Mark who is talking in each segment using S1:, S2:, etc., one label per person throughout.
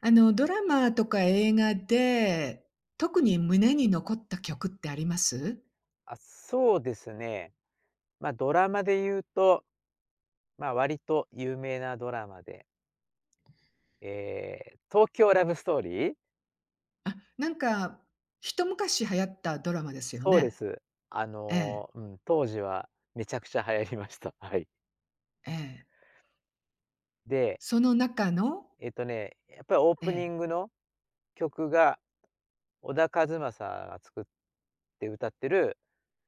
S1: あの、ドラマとか映画で、特に胸に残った曲ってあります？
S2: あ、そうですね。まあ、ドラマで言うと、まあ、割と有名なドラマで、ええ、東京ラブストーリー？
S1: あ、なんか、一昔流行ったドラマですよ
S2: そうで
S1: ね？
S2: す。
S1: ええ、
S2: うん、当時はめちゃくちゃ流行りました。はい。
S1: ええ。
S2: で、
S1: その中の
S2: やっぱりオー
S1: え
S2: プニ
S1: え、
S2: ングの曲が、小田和正が作って歌ってる、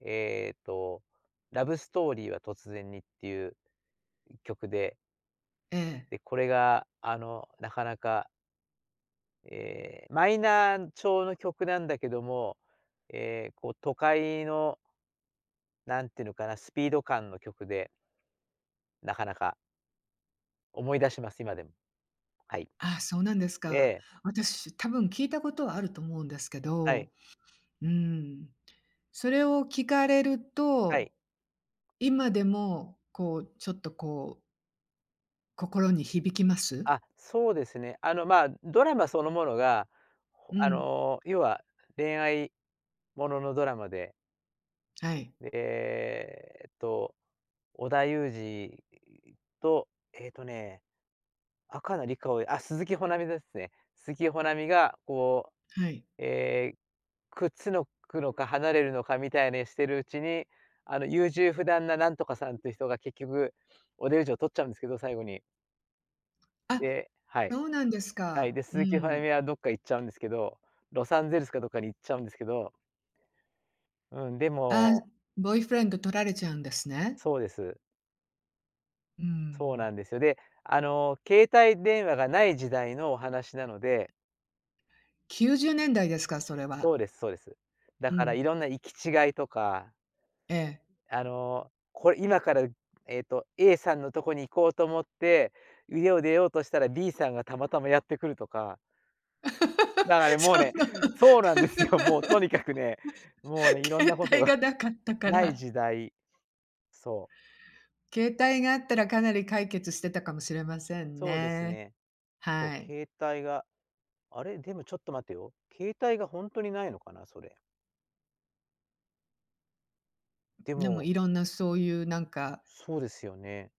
S2: えっと、ラブストーリーは突然にっていう曲で、
S1: ええ。
S2: で、これがなかなかえーマイナー調の曲なんだけども、えこう都会の、なんていうのかな、スピード感の曲で、なかなか思い出します、今でも。はい。
S1: ああ、そうなんです
S2: え
S1: か。
S2: え、
S1: 私、多分聞いたことはあると思うんですけ
S2: はい、
S1: ど、うーん。それを聞かれる
S2: はい。
S1: と、今でも、こう、ちょっとこう、心に響きます？
S2: あ、そうですね。まあ、ドラマそのものが、ほ
S1: う
S2: あ
S1: ん。
S2: のー、要は恋愛もののドラマで、
S1: はい。
S2: で、織田裕二と、えーっとね、赤なりかおあ、鈴木保奈美ですね。鈴木保奈美がこ
S1: はい。
S2: うえーくっつのくのか離れるのかみたいにしてるうちに、あの、優柔不断ななんとかさんっていう人が結局おデブを取っちゃうんですけど、最後に。
S1: あ、
S2: ではい。
S1: そうなんです
S2: はい、
S1: か。
S2: で、
S1: う
S2: 鈴木ファイ
S1: ん。
S2: 美はどっか行っちゃうんですけど、ロサンゼルスかどっかに行っちゃうんですけど、うん、で
S1: あ、
S2: も
S1: ボーイフレンド取られちゃうんですね。
S2: そうです。
S1: う
S2: そう
S1: ん。
S2: なんですよ。で、あの、携帯電話がない時代のお話なので
S1: 90年代ですか、それは。
S2: そうですそうです。だ
S1: う
S2: から
S1: ん。
S2: いろんな行き違いとか
S1: ええ。
S2: あの、これ今から、A さんのとこに行こうと思って、家を出ようとしたら B さんがたまたまやってくるとか。だからね、も
S1: そ
S2: う
S1: の
S2: ね、そうなんですよ。もうとにかくね、もうね、いろん
S1: 携
S2: なこと
S1: 帯
S2: が
S1: がなかったか
S2: ない
S1: ら。
S2: 時代。そう。
S1: 携帯があったらかなり解決してたかもしれません
S2: そうです
S1: ね。
S2: ね。そ
S1: は
S2: う、
S1: い。
S2: 携帯が、あれ、でもちょっと待てよ。携帯がほんとにないのかな、それ。で
S1: でも
S2: も、
S1: いろんなそういうなんか、
S2: そうですよね。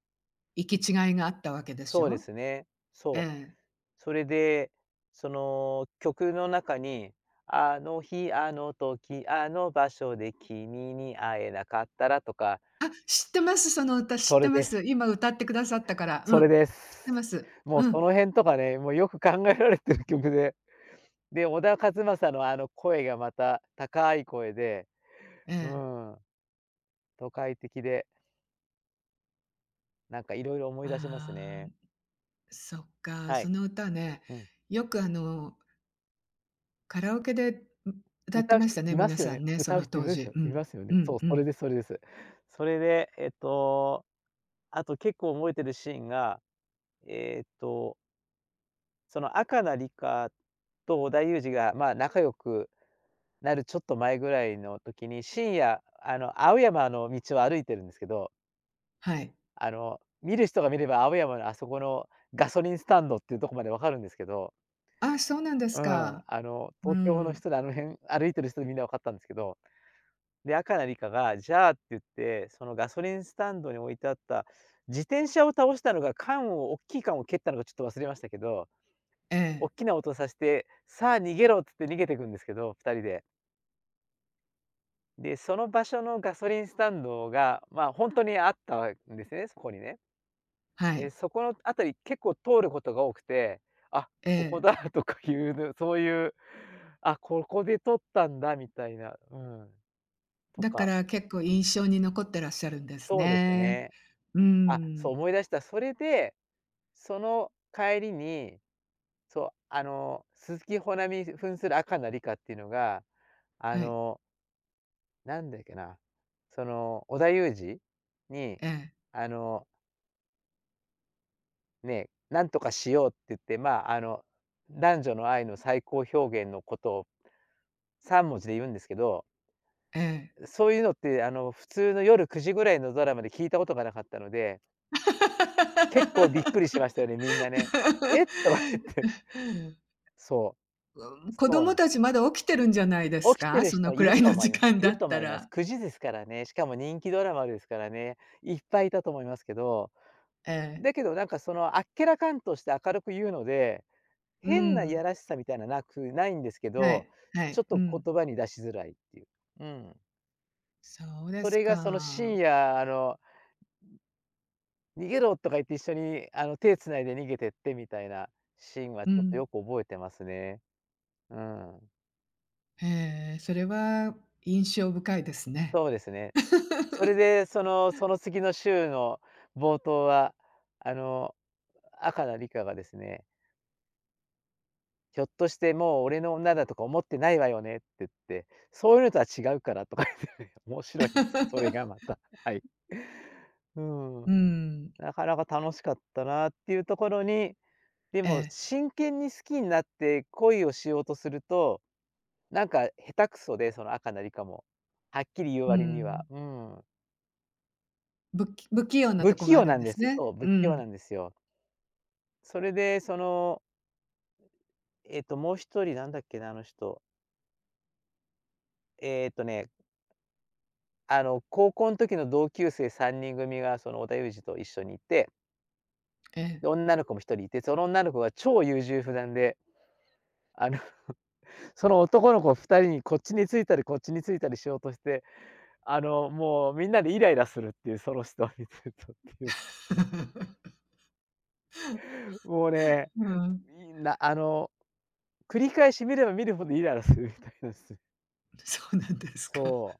S1: 行き違いがあったわけでし
S2: そうで
S1: ょ？
S2: すね。そう。
S1: ええ。
S2: それで、その曲の中に、あの日、あの時、あの場所で君に会えなかったらとか
S1: あ、知ってます、その歌知っ
S2: そ
S1: て
S2: れ
S1: ま
S2: です。
S1: す。今歌ってくださったから。う
S2: それ
S1: ん。
S2: で
S1: 知って
S2: す。
S1: ます。
S2: もう
S1: う
S2: そ
S1: ん。
S2: の辺とかね、もうよく考えられてる曲で。で、小田和正のあの声がまた高い声で、
S1: え
S2: う
S1: え。
S2: ん、都会的で、なんかいろいろ思い出します
S1: ああ、
S2: ね。
S1: そっか、
S2: は
S1: そ
S2: い。
S1: の歌ね、
S2: うん。
S1: よくあの、カラオケで、歌って
S2: 歌う
S1: ま
S2: 人
S1: したね、
S2: いま
S1: 皆
S2: すよ
S1: さ
S2: ね。
S1: んね、そ
S2: 歌う
S1: の
S2: 人い
S1: 当
S2: るでし
S1: 時。
S2: ょ、
S1: う
S2: い
S1: ん。
S2: ますよね。
S1: う
S2: そ
S1: ん
S2: う、
S1: う
S2: それ
S1: ん。
S2: ですそれです。それで、あと結構覚えてるシーンが、えっと、その赤名リカと織田裕二が、まあ、仲良くなるちょっと前ぐらいの時に、深夜、あの、青山の道を歩いてるんですけど、
S1: はい。
S2: あの、見る人が見れば青山のあそこのガソリンスタンドっていうとこまで分かるんですけど、
S1: あ、そうなんで
S2: う
S1: す
S2: ん、
S1: か。
S2: あの、
S1: う
S2: 東京の
S1: ん。
S2: 人であの辺歩いてる人でみんな分かったんですけど、で、赤なリカが「じゃあ」って言って、そのガソリンスタンドに置いてあった自転車を倒したのが、缶を大きい缶を蹴ったのかちょっと忘れましたけど、
S1: え
S2: 大
S1: え、
S2: きな音をさして、「さあ逃げろ」って言って逃げてくんですけど、2人で。で、その場所のガソリンスタンドが、まあ、ほんとにあったんですね、そこにね。
S1: は
S2: で、
S1: い。
S2: そこの辺り結構通ることが多くて、あ、
S1: え
S2: ここ
S1: え。
S2: だとかいうのそういう、あ、ここで撮ったんだみたいな、うん、と
S1: だか
S2: か
S1: ら結構印象に残ってらっしゃるんです
S2: そうです
S1: ね。
S2: ね。
S1: う
S2: あ、そ
S1: ん。
S2: う、思い出した。それで、その帰りに、そう、あの、鈴木保奈美扮する赤なリカっていうのが、あ
S1: はい。
S2: の、なんだっけな、その、織田裕二に、
S1: ええ、
S2: あの、ね、「なんとかしよう」って言って、まあ、あの、男女の愛の最高表現のことを3文字で言うんですけど、
S1: ええ。
S2: そういうのって、あの、普通の夜9時ぐらいのドラマで聞いたことがなかったので、結構びっくりしましたよね、みんなね。「えっ？」とか言って。そう、
S1: 子
S2: そうな
S1: 供
S2: ん
S1: たちまだ起きてるんじゃないです
S2: 起きて
S1: か？
S2: る
S1: そ
S2: 人
S1: のく
S2: いる
S1: らい
S2: と
S1: の
S2: 思
S1: 時
S2: います。
S1: 間
S2: い
S1: だ
S2: ると
S1: った
S2: 思います。
S1: ら。
S2: 9時ですからね、しかも人気ドラマですからね、いっぱいいたと思いますけど、
S1: ええ、
S2: だけどなんかそのあっけらかんとして明るく言うので、
S1: う
S2: 変ない
S1: ん。
S2: やらしさみたいななくないんですけ
S1: は
S2: ど、
S1: い、は
S2: ちょ
S1: い、
S2: っ
S1: う
S2: と
S1: ん。
S2: 言葉に出しづらいっていう。うん。
S1: そうで
S2: そ
S1: す
S2: れがその
S1: か。
S2: 深夜、あの「逃げろ」とか言って一緒にあの手つないで逃げてってみたいなシーンは
S1: う
S2: ちょっと
S1: ん。
S2: よく覚えてますね。うん。
S1: へえ、それは印象深いですね。
S2: そうですね。それで、その、その次の週の冒頭は、あの、赤なリカがですね、「ひょっとしてもう俺の女だとか思ってないわよね」って言って、「そういうのとは違うから」とか言ってね、面白いんです。それがま た、はい。うん、
S1: うん、
S2: なかなか楽しかったなっていうところに、で
S1: え
S2: も
S1: え、
S2: 真剣に好きになって恋をしようとすると、なんか下手くそで、その赤なリカも、はっきり言う
S1: う
S2: 割には、
S1: ん。
S2: うん、
S1: 不器用な
S2: 不
S1: とこ
S2: 器
S1: があ
S2: 用
S1: る
S2: な
S1: ん
S2: ん
S1: で
S2: で
S1: す
S2: す。
S1: ね。
S2: そう、不
S1: う
S2: 器用な
S1: ん、
S2: んですよ。それで、その、もう一人なんだっけな、あの人。えっとね、あの、高校の時の同級生3人組が、その、織田裕二と一緒にいて、
S1: え
S2: で、
S1: え。
S2: 女の子も一人いて、その女の子が超優柔不断で、あの、その男の子2人にこっちについたりこっちについたりしようとして、あの、もうみんなでイライラするっていう、その人を見てるとっていう。もうね、
S1: うん、
S2: いなあの、繰り返し見れば見るほどイライラするみたいなんです。
S1: そうなんですか。
S2: そ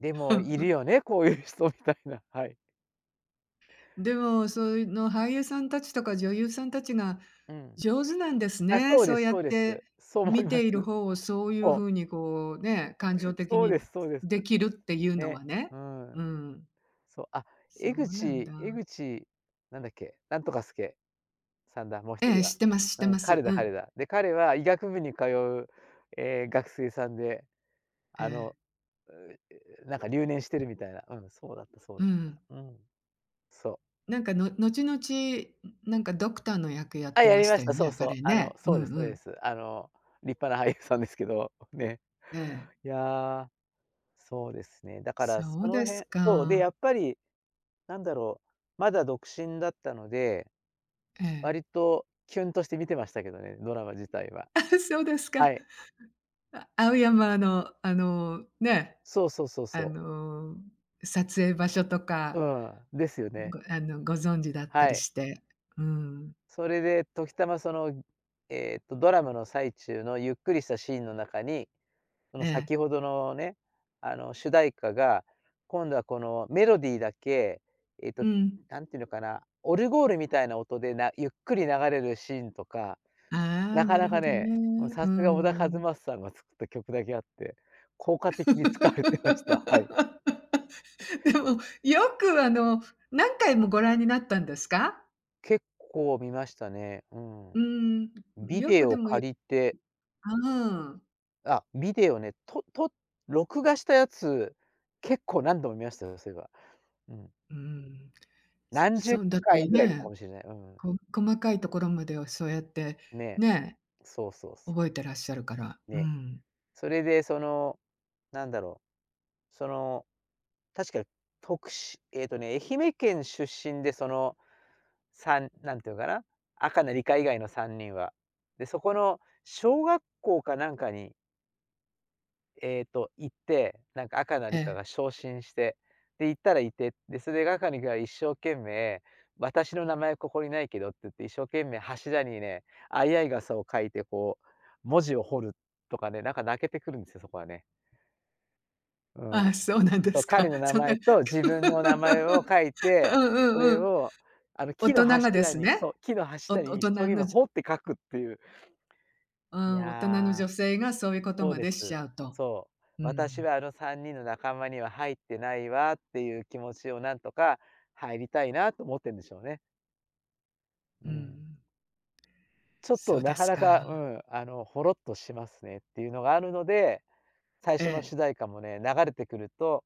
S2: う。でもいるよね、こういう人みたいな、はい。
S1: でも、そういうの俳優さんたちとか女優さんたちが
S2: うん。
S1: 上手なんです
S2: あ、
S1: ね。
S2: そう
S1: そ
S2: で
S1: う
S2: す
S1: やっ
S2: そうです。
S1: て
S2: そう思い
S1: 見
S2: ま
S1: て
S2: す。
S1: いる方をそういう
S2: そう。
S1: 風にこうね、感情的
S2: そうで
S1: に
S2: すそうです。
S1: できるっていうの
S2: ね。
S1: はね。
S2: う
S1: う
S2: ん。
S1: ん、
S2: そう、あ、
S1: そ
S2: 江
S1: うなん
S2: 口江
S1: だ。
S2: 口なんだっけ、なんとか助さんだ、もう一
S1: え
S2: 人
S1: え、知
S2: は。
S1: ってます知っ
S2: う
S1: て
S2: ん、
S1: ます。
S2: 彼
S1: う
S2: だ彼
S1: ん。
S2: だ。で、彼は医学部に通う、ええ、学生さんで、
S1: え
S2: あの、
S1: え、
S2: うう、なんか留年してるみたいな。うん、そうだったそう
S1: う
S2: だっ
S1: ん。
S2: た。うん。そう。
S1: なんか、の後々、なんかドクターの役やっ
S2: あ、
S1: て
S2: や
S1: ま
S2: り
S1: し
S2: ま
S1: た
S2: し
S1: よ
S2: た。そう
S1: ね、
S2: そう。
S1: 彼
S2: あの、
S1: ね。う
S2: そう
S1: ん
S2: です
S1: う
S2: そうで
S1: ん。
S2: す。あの、立派な俳優さんですけど、ね。
S1: ええ。
S2: いやそうですね。だからそ
S1: そう
S2: の
S1: です
S2: 辺そう、で、や
S1: か。
S2: っぱりなんだろう、まだ独身だったので、
S1: え
S2: 割
S1: え。
S2: とキュンとして見てましたけどね、ドラマ自体は。
S1: あ、そうですか。
S2: はい。
S1: あ青山のあの、ね
S2: そうそうそう
S1: あ
S2: そう。
S1: の、撮影場所と
S2: う
S1: か、
S2: ん、ですよね。
S1: ごあの、ご存知だった
S2: は
S1: り
S2: い。
S1: して。うん。
S2: それで時たまその、ドラマの最中のゆっくりしたシーンの中に、そ
S1: え
S2: の
S1: え。
S2: 先ほどのね、あの、主題歌が、今度はこのメロディーだけ、えっと、
S1: うん。
S2: なんていうのかな、オルゴールみたいな音でなゆっくり流れるシーンとか
S1: ああ、
S2: なか
S1: なる
S2: な
S1: ほ
S2: か
S1: ど
S2: ね、もう
S1: ね。う
S2: さすが小田和
S1: ん。
S2: 正さんが作った曲だけあって、効果的に使われてました。はい。
S1: でも、よくあの、何回もご覧になったんですか？
S2: 結構見ましたね。うん。
S1: うん。
S2: ビ
S1: よ
S2: デ
S1: くで
S2: オ
S1: もゆ
S2: 借りて、
S1: ああ。
S2: あ、ビデオね、とと録画したやつ、結構何度も見ましたよ、そういえば。うん。
S1: うん。そ
S2: 何十
S1: そうだっ
S2: 回
S1: て
S2: ぐらい見たか
S1: ね、
S2: もしれない。うん。
S1: 細かいところまではそうやって
S2: ね、
S1: ね、
S2: そうそうそう。
S1: 覚えてらっしゃるから。う
S2: ね。
S1: ん。
S2: それでその、なんだろう、その、確か、に徳しえっとね、愛媛県出身でその三なんていうのかな、赤の理科以外の3人は。で、そこの小学校かなんかに、行って、なんか赤の
S1: え
S2: 理科
S1: え。
S2: が昇進して、で、行ったらいて、で、それで赤の理科が一生懸命「私の名前ここにないけど」って言って、一生懸命柱にね、相合い傘を書いてこう文字を彫るとかね、なんか泣けてくるんですよ、そこはね。うん。
S1: ああ、そうなんで
S2: そう、
S1: す
S2: 彼
S1: か。
S2: の 名
S1: そんな
S2: 前 と自分の名前を書い
S1: う
S2: て、
S1: ん
S2: そ
S1: うん
S2: れ
S1: うん。
S2: を、
S1: 大
S2: 木の
S1: 人がで
S2: 柱
S1: す
S2: に
S1: ね。お大
S2: 一
S1: 人
S2: 生懸
S1: の
S2: 命
S1: じ
S2: 彫って書くっていう。
S1: う
S2: い
S1: ん、大人の
S2: や、
S1: 女性がそういうこと
S2: そう
S1: ま
S2: で
S1: でしち
S2: す。
S1: ゃうと。
S2: そう。
S1: う
S2: 私
S1: ん、
S2: はあの3人の仲間には入ってないわっていう気持ちをなんとか入りたいなと思ってんでしょうね。
S1: う
S2: うん。
S1: ん。
S2: ちょっ
S1: そ
S2: と
S1: うで
S2: なか
S1: す
S2: なか、
S1: か。
S2: ほろっとしますねっていうのがあるので、最
S1: え
S2: 初の
S1: え。
S2: 主題歌もね、流れてくると、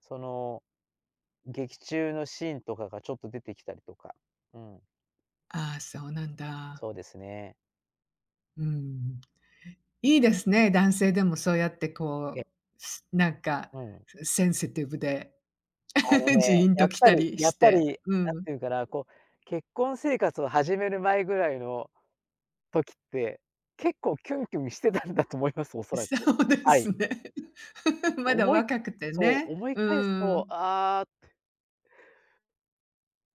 S2: その劇中のシーンとかがちょっと出てきたりとか、うん、
S1: ああ、そうなんだ。
S2: そうですね。
S1: うん。いいですね、男性でもそうやって
S2: え、
S1: こう、なんか、
S2: うん。
S1: センシティブで、
S2: あの
S1: ジ
S2: ね、
S1: ーン
S2: や
S1: と
S2: っ
S1: 来
S2: ぱ
S1: た
S2: り
S1: り
S2: やっ
S1: し
S2: ぱり、
S1: て。
S2: なん
S1: うん。
S2: ていうかな、こう、結婚生活を始める前ぐらいの時って、結構キュンキュンしてたんだと思います、おそらく。
S1: そうで
S2: は
S1: す
S2: い。
S1: ね。まだ
S2: 思い
S1: 若くて
S2: そう、
S1: ね。
S2: 思い
S1: う
S2: 返すと、
S1: ん。
S2: ああ、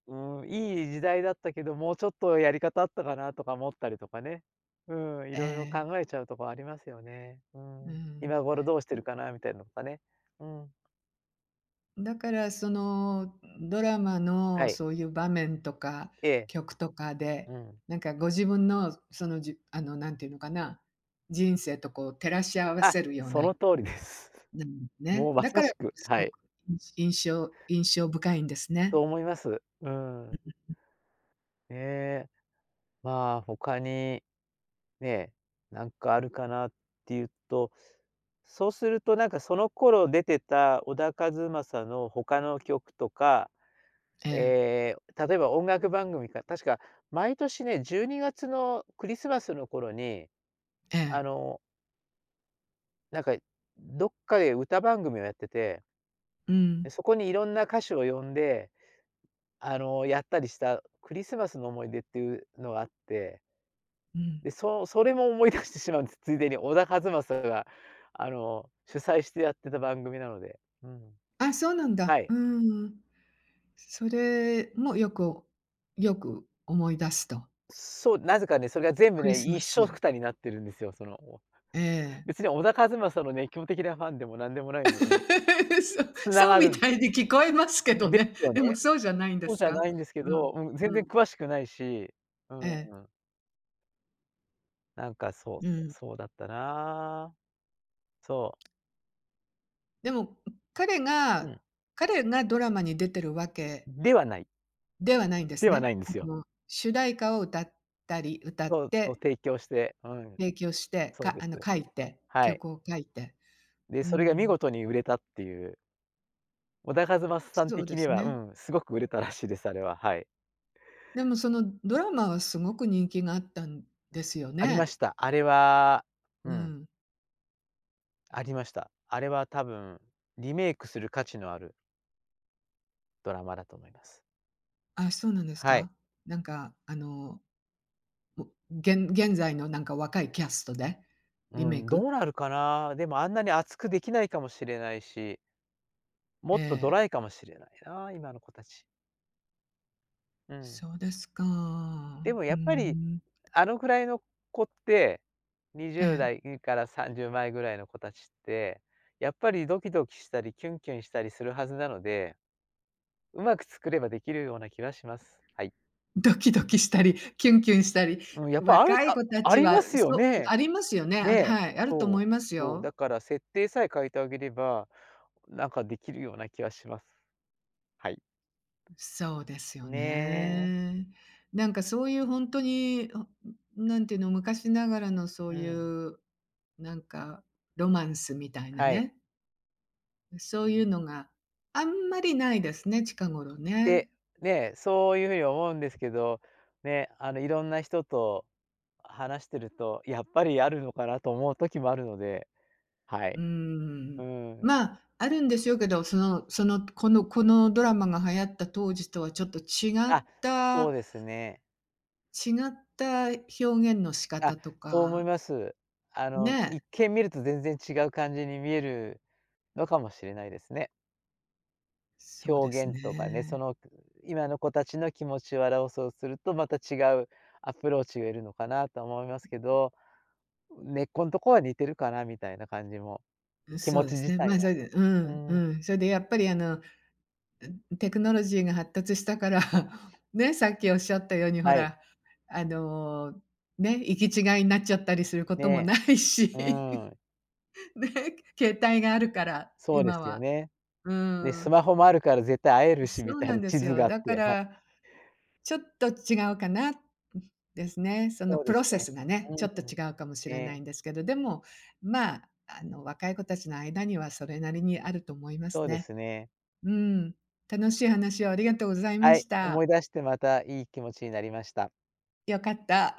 S2: うん、いい時代だったけど、もうちょっとやり方あったかなとか思ったりとかね。うん、い
S1: え
S2: ろいろ
S1: え、
S2: 考えちゃうとこありますよね。う
S1: う
S2: ん。
S1: ん。
S2: 今頃どうしてるかなみたいなのとかね。うん。
S1: だからそのドラマ
S2: は
S1: の
S2: い。
S1: そういう場面とか
S2: ええ。
S1: 曲とかで、
S2: うん。
S1: なんかご自分のその、あのなんていうのかな、人生とこう照らし合わ
S2: あ、
S1: せるような、
S2: その通りです。もうま
S1: だか
S2: さ
S1: ら
S2: しく、
S1: す
S2: は
S1: ご
S2: い。
S1: く印象深いんですね。
S2: と思います。うん。ねえ。まあ、他にね、なんかあるかなっていうと、そうするとなんかその頃出てた小田和正の他の曲とか、
S1: ええ、
S2: えー例えば音楽番組か確か毎年ね、12月のクリスマスの頃に、
S1: え
S2: あ
S1: え。
S2: の、なんか、どっかで歌番組をやってて、
S1: うん、
S2: で、そこにいろんな歌手を呼んで、やったりしたクリスマスの思い出っていうのがあって、
S1: うん。
S2: で、それも思い出してしまうんです。ついでに小田和正が、主催してやってた番組なので。うん。
S1: あ、そうなん
S2: は
S1: だ。う
S2: い。
S1: ん。それもよくよく思い出すと。
S2: そう、なぜかね、それが全部
S1: クリ
S2: ね、
S1: スマ
S2: 一緒
S1: ス。
S2: くたになってるんですよ、その、
S1: ええ。
S2: 別に小田和正の熱狂的なファンでもなんでもないのに、
S1: そう、
S2: 繋
S1: そう
S2: が
S1: み
S2: るん
S1: た
S2: す。
S1: いに聞こえますけど
S2: で
S1: ね。
S2: す よね。
S1: でもそうじゃないんで
S2: そう
S1: す
S2: じゃな
S1: か？
S2: いんですけ
S1: うん、
S2: ど、うん、全
S1: う
S2: 然
S1: ん。
S2: 詳しくないし、うん
S1: ええ、
S2: うん、なんかそう、
S1: うん。
S2: そうだったな。そ
S1: でも、彼
S2: う、う
S1: が
S2: ん。
S1: 彼がドラマに出てるわけ
S2: ではない、
S1: ではないんです
S2: ではな
S1: ね。
S2: いんで
S1: あ
S2: すよ。
S1: の、主題歌を歌
S2: そ
S1: っ
S2: うそう、
S1: て
S2: 提供して、うん、
S1: 提供して、
S2: そう
S1: か
S2: で
S1: あ
S2: す。
S1: の、書いて、
S2: はい。
S1: 曲を書いて。
S2: で、
S1: う
S2: それが見
S1: ん、
S2: 事に売れたっていう、小田和正さん
S1: そう
S2: 的
S1: で
S2: に
S1: す
S2: は、
S1: ね。
S2: うん、すごく売れたらしいです、あれは、はい。
S1: でもそのドラマはすごく人気があったんですよ
S2: ありま
S1: ね。
S2: した。あれは、う
S1: う
S2: ん、
S1: ん。
S2: ありました。あれは多分、リメイクする価値のあるドラマだと思います。
S1: あ、そうなんです
S2: はい。
S1: か？なんかあのもう現在のなんか若いキャストで
S2: う
S1: リメイ
S2: ん、ど
S1: ク？
S2: うなるかな。でもあんなに熱くできないかもしれないし、も
S1: え
S2: っとド
S1: え、
S2: ライかもしれないな、今の子たち。うん。
S1: そうですか。
S2: でも
S1: う
S2: やっぱり、
S1: ん。
S2: あのくらいの子って、
S1: ええ。
S2: 20代から30前ぐらいの子たちって、やっぱりドキドキしたり、キュンキュンしたりするはずなので、うまく作ればできるような気はします。はい。
S1: ドキドキしたり、キュンキュンしたり、
S2: うん、やっぱある
S1: 若い
S2: あ
S1: 子た
S2: あ
S1: ち
S2: りま
S1: は
S2: すよ
S1: そう、
S2: ね。
S1: ありますよね。
S2: ね
S1: あれ
S2: え。
S1: はい、あると思
S2: そ
S1: い
S2: う。
S1: ます
S2: そう、だ
S1: よ。
S2: から設定さえ変えてあげればなんかできるような気はします。はい。
S1: そうですよ
S2: ねえ。
S1: ね。なんかそういうほんとに、あ、なんていうの、昔ながらのそう
S2: う
S1: い
S2: ん。
S1: う、なんかロマンスみたいな
S2: はい。
S1: ね、そういうのがあんまりないですね、近頃ね。
S2: で、ね、そういうふうに思うんですけど、ね、いろんな人と話してると、やっぱりあるのかなと思う時もあるので、は
S1: う
S2: い。
S1: ー
S2: う
S1: ん。
S2: ん。
S1: まあ、あるんでしょうけど、このドラマが流行った当時とはちょっと
S2: あ、そ
S1: た
S2: うですね。
S1: 違った表現の仕方
S2: あ、
S1: と
S2: そう思い
S1: か、
S2: ます。
S1: ね。
S2: 一見見ると全然違う感じに見えるのかもしれないですね。
S1: そう
S2: 表
S1: です
S2: 現とかね、そ
S1: ね。
S2: の今の子たちの気持ちを表そうすると、また違うアプローチがいるのかなと思いますけど、根っこんとこは似てるかなみたいな感じも、
S1: うん、
S2: 気
S1: そ
S2: 持
S1: うで
S2: ち
S1: す
S2: 自
S1: ね。
S2: 体
S1: まあ、
S2: は。
S1: それでうん、う
S2: うん、
S1: ん。それでやっぱりあの、ん、テクノロジーが発達したから、ね、さっきおっしゃったようにほ
S2: はい、
S1: ら、あの、ね、行き違いになっちゃったりすることも
S2: ね
S1: ないし、
S2: え、うん、
S1: ね、携帯があるから、
S2: そうで
S1: 今
S2: すよ
S1: は。
S2: ね。
S1: う
S2: で、ス
S1: ん、
S2: マホもあるから絶対会えるし
S1: そ
S2: み
S1: う
S2: たい
S1: なん
S2: な
S1: で
S2: 地
S1: す
S2: 図
S1: よ。
S2: があっ
S1: だか
S2: て、はい、
S1: ら、ちょっと違うかな、ん、ですね。その
S2: そう
S1: プ
S2: で
S1: ロ
S2: す
S1: セ
S2: ね。
S1: スがね、
S2: う
S1: ちょっと
S2: ん、
S1: 違うかもしれない
S2: ね、
S1: んですけど、でも、まあ、あの、若い子たちの間にはそれなりにあると思いま
S2: そ
S1: す
S2: うで
S1: ね。
S2: すね。
S1: うん。楽しい話をありがとうございま
S2: はい、
S1: した。
S2: 思い出してまたいい気持ちになりました。
S1: よかった。